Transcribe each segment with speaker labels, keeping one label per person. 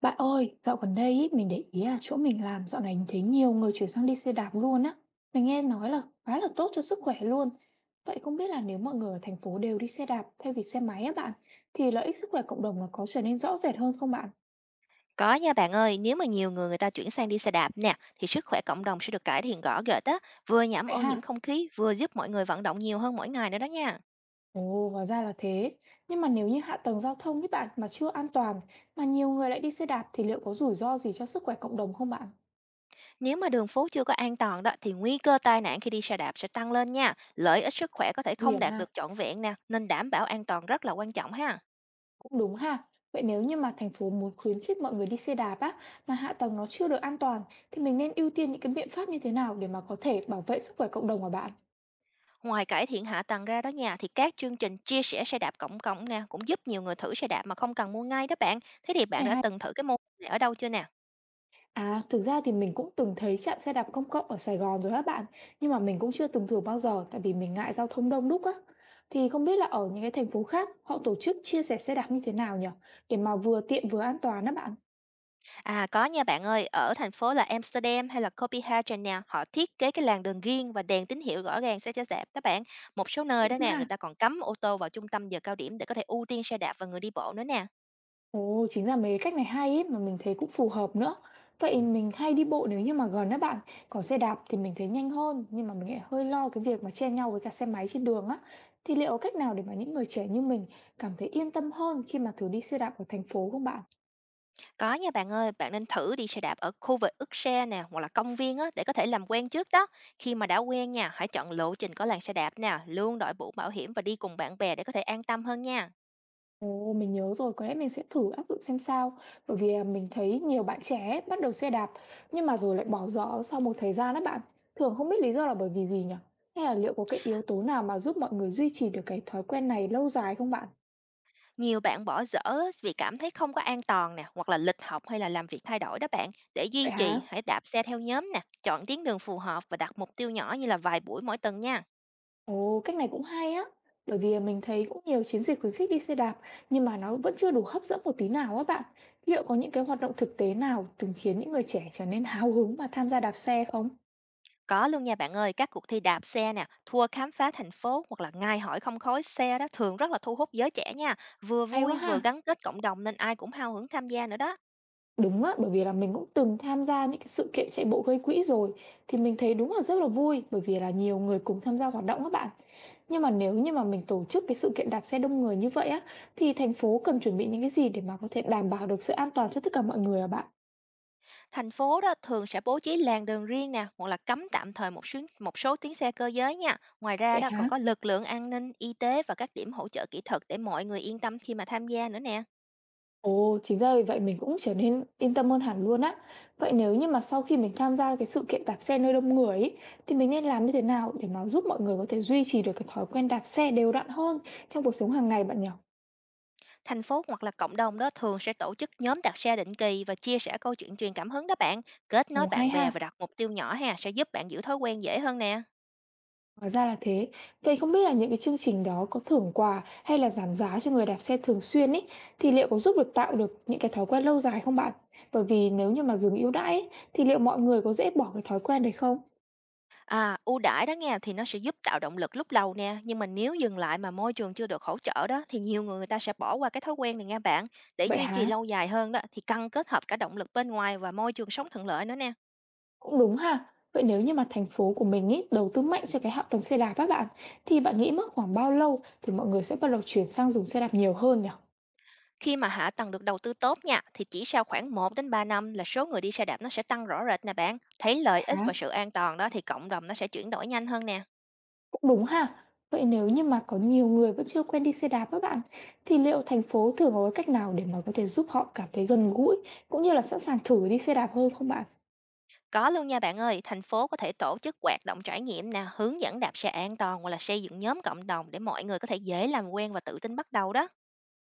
Speaker 1: Bạn ơi, dạo gần đây ý, mình để ý là chỗ mình làm dạo này thấy nhiều người chuyển sang đi xe đạp luôn á. Mình nghe nói là khá là tốt cho sức khỏe luôn. Vậy không biết là nếu mọi người ở thành phố đều đi xe đạp thay vì xe máy á bạn, thì lợi ích sức khỏe cộng đồng là có trở nên rõ rệt hơn không bạn?
Speaker 2: Có nha bạn ơi, nếu mà nhiều người người ta chuyển sang đi xe đạp nè, thì sức khỏe cộng đồng sẽ được cải thiện rõ rệt á, vừa giảm
Speaker 1: Vậy
Speaker 2: ô nhiễm
Speaker 1: ha?
Speaker 2: không khí, vừa giúp mọi người vận động nhiều hơn mỗi ngày nữa đó nha.
Speaker 1: Ồ, hóa ra là thế. Nhưng mà nếu như hạ tầng giao thông với bạn mà chưa an toàn, mà nhiều người lại đi xe đạp thì liệu có rủi ro gì cho sức khỏe cộng đồng không bạn?
Speaker 2: Nếu mà đường phố chưa có an toàn đó, thì nguy cơ tai nạn khi đi xe đạp sẽ tăng lên nha. Lợi ích sức khỏe có thể
Speaker 1: Nguy
Speaker 2: không
Speaker 1: hiểm
Speaker 2: đạt
Speaker 1: ha.
Speaker 2: được trọn vẹn nè, nên đảm bảo an toàn rất là quan trọng ha.
Speaker 1: Cũng đúng ha. Vậy nếu như mà thành phố muốn khuyến khích mọi người đi xe đạp á, mà hạ tầng nó chưa được an toàn, thì mình nên ưu tiên những cái biện pháp như thế nào để mà có thể bảo vệ sức khỏe cộng đồng của bạn?
Speaker 2: Ngoài cải thiện hạ tầng ra đó nha, thì các chương trình chia sẻ xe đạp cộng cộng nè, cũng giúp nhiều người thử xe đạp mà không cần mua ngay đó bạn. Thế thì bạn
Speaker 1: Này
Speaker 2: đã
Speaker 1: hay.
Speaker 2: từng thử cái mô hình này ở đâu chưa nè?
Speaker 1: À, thực ra thì mình cũng từng thấy trạm xe đạp công cộng ở Sài Gòn rồi các bạn, nhưng mà mình cũng chưa từng thử bao giờ tại vì mình ngại giao thông đông đúc á. Thì không biết là ở những cái thành phố khác họ tổ chức chia sẻ xe đạp như thế nào nhỉ? Để mà vừa tiện vừa an toàn đó bạn.
Speaker 2: À, có nha bạn ơi, ở thành phố là Amsterdam hay là Copenhagen nè, họ thiết kế cái làn đường riêng và đèn tín hiệu rõ ràng sẽ cho dạp các bạn. Một số nơi
Speaker 1: Tiện
Speaker 2: đó
Speaker 1: quá
Speaker 2: nè,
Speaker 1: ha.
Speaker 2: người ta còn cấm ô tô vào trung tâm giờ cao điểm để có thể ưu tiên xe đạp và người đi bộ nữa nè.
Speaker 1: Ồ, chính là mấy cái cách này hay ấy, mà mình thấy cũng phù hợp nữa. Vậy mình hay đi bộ nếu như mà gần á bạn, còn xe đạp thì mình thấy nhanh hơn, nhưng mà mình lại hơi lo cái việc mà chen nhau với cả xe máy trên đường á. Thì liệu có cách nào để mà những người trẻ như mình cảm thấy yên tâm hơn khi mà thử đi xe đạp ở thành phố không bạn?
Speaker 2: Có nha bạn ơi, bạn nên thử đi xe đạp ở khu vực ức xe nè, hoặc là công viên á, để có thể làm quen trước đó. Khi mà đã quen nha, hãy chọn lộ trình có làn xe đạp nè, luôn đội mũ bảo hiểm và đi cùng bạn bè để có thể an tâm hơn nha.
Speaker 1: Ồ, mình nhớ rồi, có lẽ mình sẽ thử áp dụng xem sao. Bởi vì mình thấy nhiều bạn trẻ ấy, bắt đầu xe đạp, nhưng mà rồi lại bỏ dở sau một thời gian đó bạn. Thường không biết lý do là bởi vì gì nhỉ? Hay là liệu có cái yếu tố nào mà giúp mọi người duy trì được cái thói quen này lâu dài không bạn?
Speaker 2: Nhiều bạn bỏ dở vì cảm thấy không có an toàn nè, hoặc là lịch học hay là làm việc thay đổi đó bạn. Để
Speaker 1: Vậy
Speaker 2: duy
Speaker 1: hả?
Speaker 2: trì, hãy đạp xe theo nhóm nè, chọn tuyến đường phù hợp và đặt mục tiêu nhỏ như là vài buổi mỗi tuần nha.
Speaker 1: Ồ, cách này cũng hay á. Bởi vì mình thấy cũng nhiều chiến dịch khuyến khích đi xe đạp nhưng mà nó vẫn chưa đủ hấp dẫn một tí nào á bạn. Liệu có những cái hoạt động thực tế nào từng khiến những người trẻ trở nên háo hứng và tham gia đạp xe không?
Speaker 2: Có luôn nha bạn ơi, các cuộc thi đạp xe nè, thua khám phá thành phố hoặc là ngày hỏi không khói xe đó thường rất là thu hút giới trẻ nha. Vừa
Speaker 1: Hay quá
Speaker 2: vui
Speaker 1: ha.
Speaker 2: vừa gắn kết cộng đồng nên ai cũng hào hứng tham gia nữa đó.
Speaker 1: Đúng á, bởi vì là mình cũng từng tham gia những cái sự kiện chạy bộ gây quỹ rồi thì mình thấy đúng là rất là vui bởi vì là nhiều người cùng tham gia hoạt động các bạn. Nhưng mà nếu như mà mình tổ chức cái sự kiện đạp xe đông người như vậy á thì thành phố cần chuẩn bị những cái gì để mà có thể đảm bảo được sự an toàn cho tất cả mọi người à bạn?
Speaker 2: Thành phố đó thường sẽ bố trí làn đường riêng nè, hoặc là cấm tạm thời một số tuyến xe cơ giới nha. Ngoài ra
Speaker 1: Vậy
Speaker 2: đó còn
Speaker 1: hả?
Speaker 2: có lực lượng an ninh, y tế và các điểm hỗ trợ kỹ thuật để mọi người yên tâm khi mà tham gia nữa nè.
Speaker 1: Ồ, chính ra vì vậy mình cũng trở nên yên tâm hơn hẳn luôn á. Vậy nếu như mà sau khi mình tham gia cái sự kiện đạp xe nơi đông người ấy, thì mình nên làm như thế nào để mà giúp mọi người có thể duy trì được cái thói quen đạp xe đều đặn hơn trong cuộc sống hàng ngày bạn nhỉ?
Speaker 2: Thành phố hoặc là cộng đồng đó thường sẽ tổ chức nhóm đạp xe định kỳ và chia sẻ câu chuyện truyền cảm hứng đó bạn, kết nối
Speaker 1: Ồ, hay
Speaker 2: bạn bè và
Speaker 1: ha.
Speaker 2: đặt mục tiêu nhỏ ha, sẽ giúp bạn giữ thói quen dễ hơn nè.
Speaker 1: Hóa ra là thế. Vậy không biết là những cái chương trình đó có thưởng quà hay là giảm giá cho người đạp xe thường xuyên ấy thì liệu có giúp được tạo được những cái thói quen lâu dài không bạn? Bởi vì nếu như mà dừng ưu đãi ấy, thì liệu mọi người có dễ bỏ cái thói quen đấy không?
Speaker 2: À, ưu đãi đó nghe thì nó sẽ giúp tạo động lực lúc đầu nè, nhưng mà nếu dừng lại mà môi trường chưa được hỗ trợ đó thì nhiều người người ta sẽ bỏ qua cái thói quen này nha bạn. Để
Speaker 1: Vậy
Speaker 2: duy trì
Speaker 1: hả?
Speaker 2: lâu dài hơn đó thì cần kết hợp cả động lực bên ngoài và môi trường sống thuận lợi nữa nè.
Speaker 1: Cũng đúng ha. Vậy nếu như mà thành phố của mình ấy đầu tư mạnh cho cái hạ tầng xe đạp các bạn, thì bạn nghĩ mất khoảng bao lâu thì mọi người sẽ bắt đầu chuyển sang dùng xe đạp nhiều hơn nhỉ?
Speaker 2: Khi mà hạ tầng được đầu tư tốt nha thì chỉ sau khoảng 1 đến 3 năm là số người đi xe đạp nó sẽ tăng rõ rệt nè bạn. Thấy lợi ích
Speaker 1: Hả?
Speaker 2: và sự an toàn đó thì cộng đồng nó sẽ chuyển đổi nhanh hơn nè.
Speaker 1: Cũng đúng ha. Vậy nếu như mà có nhiều người vẫn chưa quen đi xe đạp các bạn, thì liệu thành phố thường có cái cách nào để mà có thể giúp họ cảm thấy gần gũi cũng như là sẵn sàng thử đi xe đạp hơn không bạn?
Speaker 2: Có luôn nha bạn ơi, thành phố có thể tổ chức hoạt động trải nghiệm nè, hướng dẫn đạp xe an toàn hoặc là xây dựng nhóm cộng đồng để mọi người có thể dễ làm quen và tự tin bắt đầu đó.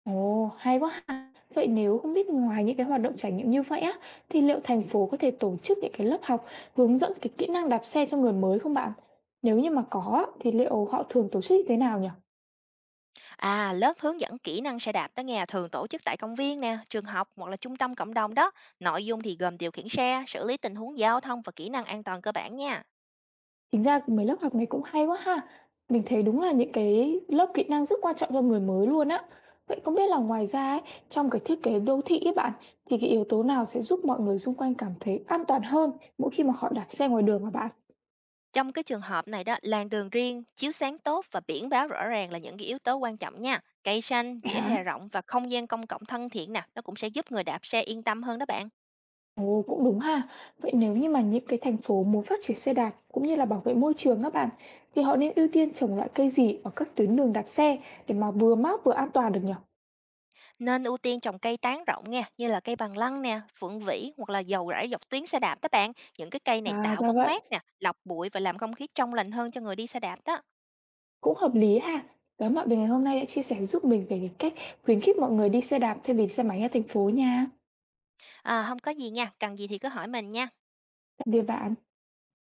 Speaker 1: Ồ, hay quá ha! Vậy nếu không biết ngoài những cái hoạt động trải nghiệm như vậy á, thì liệu thành phố có thể tổ chức những cái lớp học hướng dẫn cái kỹ năng đạp xe cho người mới không bạn? Nếu như mà có á, thì liệu họ thường tổ chức như thế nào nhỉ?
Speaker 2: À, lớp hướng dẫn kỹ năng xe đạp đó nghe thường tổ chức tại công viên nè, trường học hoặc là trung tâm cộng đồng đó. Nội dung thì gồm điều khiển xe, xử lý tình huống giao thông và kỹ năng an toàn cơ bản nha.
Speaker 1: Chính ra mấy lớp học này cũng hay quá ha! Mình thấy đúng là những cái lớp kỹ năng rất quan trọng cho người mới luôn á. Vậy không biết là ngoài ra ấy, trong cái thiết kế đô thị ấy bạn, thì cái yếu tố nào sẽ giúp mọi người xung quanh cảm thấy an toàn hơn mỗi khi mà họ đạp xe ngoài đường hả bạn?
Speaker 2: Trong cái trường hợp này đó, làn đường riêng, chiếu sáng tốt và biển báo rõ ràng là những cái yếu tố quan trọng nha. Cây xanh, vỉa
Speaker 1: Hả?
Speaker 2: hè rộng và không gian công cộng thân thiện nè, nó cũng sẽ giúp người đạp xe yên tâm hơn đó bạn.
Speaker 1: Ồ, cũng đúng ha. Vậy nếu như mà những cái thành phố muốn phát triển xe đạp cũng như là bảo vệ môi trường các bạn, thì họ nên ưu tiên trồng loại cây gì ở các tuyến đường đạp xe để mà vừa mát vừa an toàn được nhỉ?
Speaker 2: Nên ưu tiên trồng cây tán rộng nha, như là cây bằng lăng nè, phượng vĩ hoặc là dầu rải dọc tuyến xe đạp các bạn. Những cái cây này
Speaker 1: À,
Speaker 2: tạo
Speaker 1: ra
Speaker 2: bóng
Speaker 1: vậy.
Speaker 2: mát nè, lọc bụi và làm không khí trong lành hơn cho người đi xe đạp đó.
Speaker 1: Cũng hợp lý ha. Cảm ơn bạn vì ngày hôm nay đã chia sẻ giúp mình về cái cách khuyến khích mọi người đi xe đạp thay vì xe máy ở thành phố nha.
Speaker 2: À, không có gì nha, cần gì thì cứ hỏi mình nha.
Speaker 1: Tạm biệt bạn.